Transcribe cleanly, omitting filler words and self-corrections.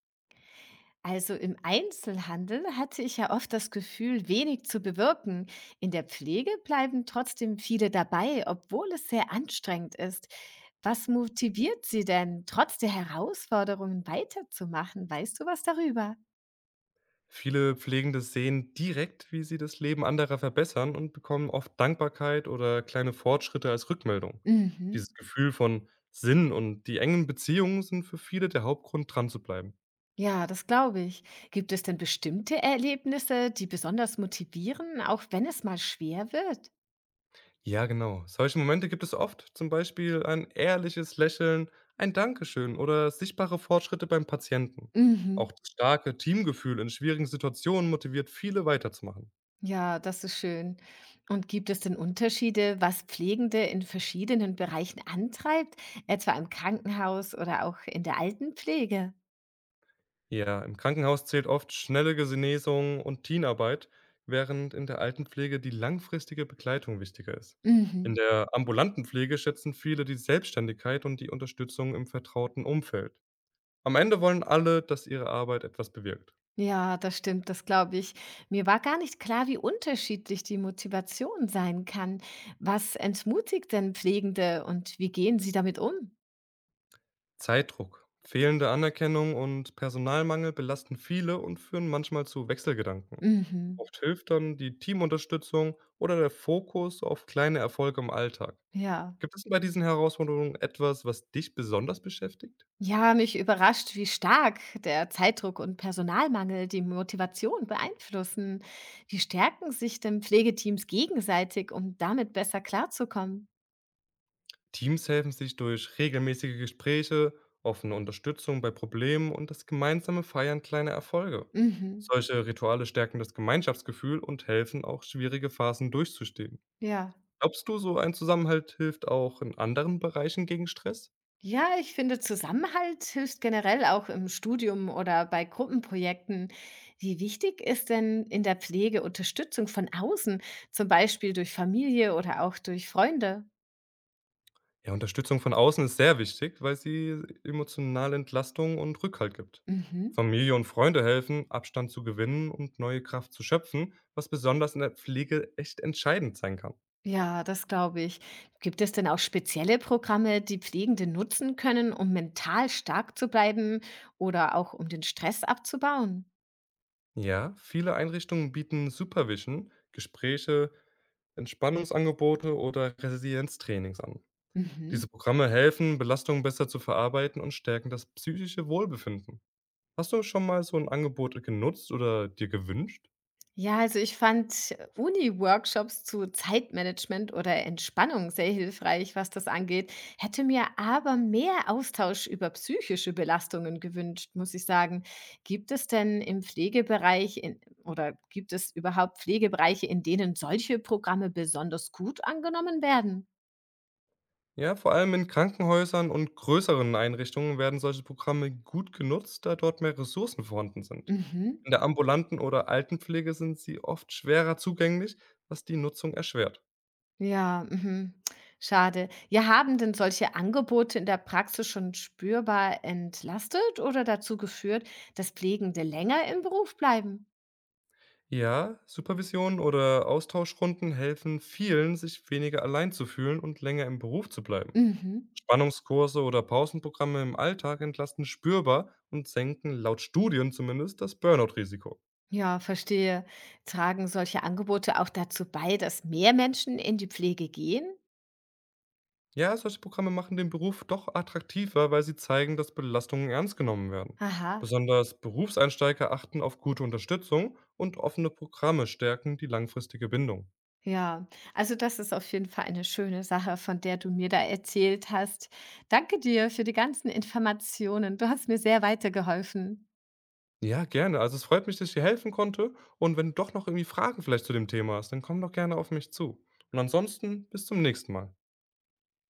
Also im Einzelhandel hatte ich ja oft das Gefühl, wenig zu bewirken. In der Pflege bleiben trotzdem viele dabei, obwohl es sehr anstrengend ist. Was motiviert Sie denn, trotz der Herausforderungen weiterzumachen? Weißt du was darüber? Viele Pflegende sehen direkt, wie sie das Leben anderer verbessern und bekommen oft Dankbarkeit oder kleine Fortschritte als Rückmeldung. Mhm. Dieses Gefühl von Sinn und die engen Beziehungen sind für viele der Hauptgrund, dran zu bleiben. Ja, das glaube ich. Gibt es denn bestimmte Erlebnisse, die besonders motivieren, auch wenn es mal schwer wird? Ja, genau. Solche Momente gibt es oft, zum Beispiel ein ehrliches Lächeln, ein Dankeschön oder sichtbare Fortschritte beim Patienten. Mhm. Auch das starke Teamgefühl in schwierigen Situationen motiviert viele weiterzumachen. Ja, das ist schön. Und gibt es denn Unterschiede, was Pflegende in verschiedenen Bereichen antreibt, etwa im Krankenhaus oder auch in der Altenpflege? Ja, im Krankenhaus zählt oft schnelle Genesung und Teamarbeit, während in der Altenpflege die langfristige Begleitung wichtiger ist. Mhm. In der ambulanten Pflege schätzen viele die Selbstständigkeit und die Unterstützung im vertrauten Umfeld. Am Ende wollen alle, dass ihre Arbeit etwas bewirkt. Ja, das stimmt, das glaube ich. Mir war gar nicht klar, wie unterschiedlich die Motivation sein kann. Was entmutigt denn Pflegende und wie gehen sie damit um? Zeitdruck, fehlende Anerkennung und Personalmangel belasten viele und führen manchmal zu Wechselgedanken. Mhm. Oft hilft dann die Teamunterstützung oder der Fokus auf kleine Erfolge im Alltag. Ja. Gibt es bei diesen Herausforderungen etwas, was dich besonders beschäftigt? Ja, mich überrascht, wie stark der Zeitdruck und Personalmangel die Motivation beeinflussen. Wie stärken sich denn Pflegeteams gegenseitig, um damit besser klarzukommen? Teams helfen sich durch regelmäßige Gespräche, offene Unterstützung bei Problemen und das gemeinsame Feiern kleiner Erfolge. Mhm. Solche Rituale stärken das Gemeinschaftsgefühl und helfen auch, schwierige Phasen durchzustehen. Ja. Glaubst du, so ein Zusammenhalt hilft auch in anderen Bereichen gegen Stress? Ja, ich finde, Zusammenhalt hilft generell auch im Studium oder bei Gruppenprojekten. Wie wichtig ist denn in der Pflege Unterstützung von außen, zum Beispiel durch Familie oder auch durch Freunde? Ja, Unterstützung von außen ist sehr wichtig, weil sie emotionale Entlastung und Rückhalt gibt. Mhm. Familie und Freunde helfen, Abstand zu gewinnen und neue Kraft zu schöpfen, was besonders in der Pflege echt entscheidend sein kann. Ja, das glaube ich. Gibt es denn auch spezielle Programme, die Pflegende nutzen können, um mental stark zu bleiben oder auch um den Stress abzubauen? Ja, viele Einrichtungen bieten Supervision, Gespräche, Entspannungsangebote oder Resilienztrainings an. Diese Mhm. Programme helfen, Belastungen besser zu verarbeiten und stärken das psychische Wohlbefinden. Hast du schon mal so ein Angebot genutzt oder dir gewünscht? Ja, also ich fand Uni-Workshops zu Zeitmanagement oder Entspannung sehr hilfreich, was das angeht. Hätte mir aber mehr Austausch über psychische Belastungen gewünscht, muss ich sagen. Gibt es denn im oder gibt es überhaupt Pflegebereiche, in denen solche Programme besonders gut angenommen werden? Ja, vor allem in Krankenhäusern und größeren Einrichtungen werden solche Programme gut genutzt, da dort mehr Ressourcen vorhanden sind. Mhm. In der ambulanten oder Altenpflege sind sie oft schwerer zugänglich, was die Nutzung erschwert. Ja, mhm. Schade. Ja, haben denn solche Angebote in der Praxis schon spürbar entlastet oder dazu geführt, dass Pflegende länger im Beruf bleiben? Ja, Supervision oder Austauschrunden helfen vielen, sich weniger allein zu fühlen und länger im Beruf zu bleiben. Mhm. Spannungskurse oder Pausenprogramme im Alltag entlasten spürbar und senken laut Studien zumindest das Burnout-Risiko. Ja, verstehe. Tragen solche Angebote auch dazu bei, dass mehr Menschen in die Pflege gehen? Ja, solche Programme machen den Beruf doch attraktiver, weil sie zeigen, dass Belastungen ernst genommen werden. Aha. Besonders Berufseinsteiger achten auf gute Unterstützung und offene Programme stärken die langfristige Bindung. Ja, also das ist auf jeden Fall eine schöne Sache, von der du mir da erzählt hast. Danke dir für die ganzen Informationen. Du hast mir sehr weitergeholfen. Ja, gerne. Also es freut mich, dass ich dir helfen konnte. Und wenn du doch noch irgendwie Fragen vielleicht zu dem Thema hast, dann komm doch gerne auf mich zu. Und ansonsten bis zum nächsten Mal.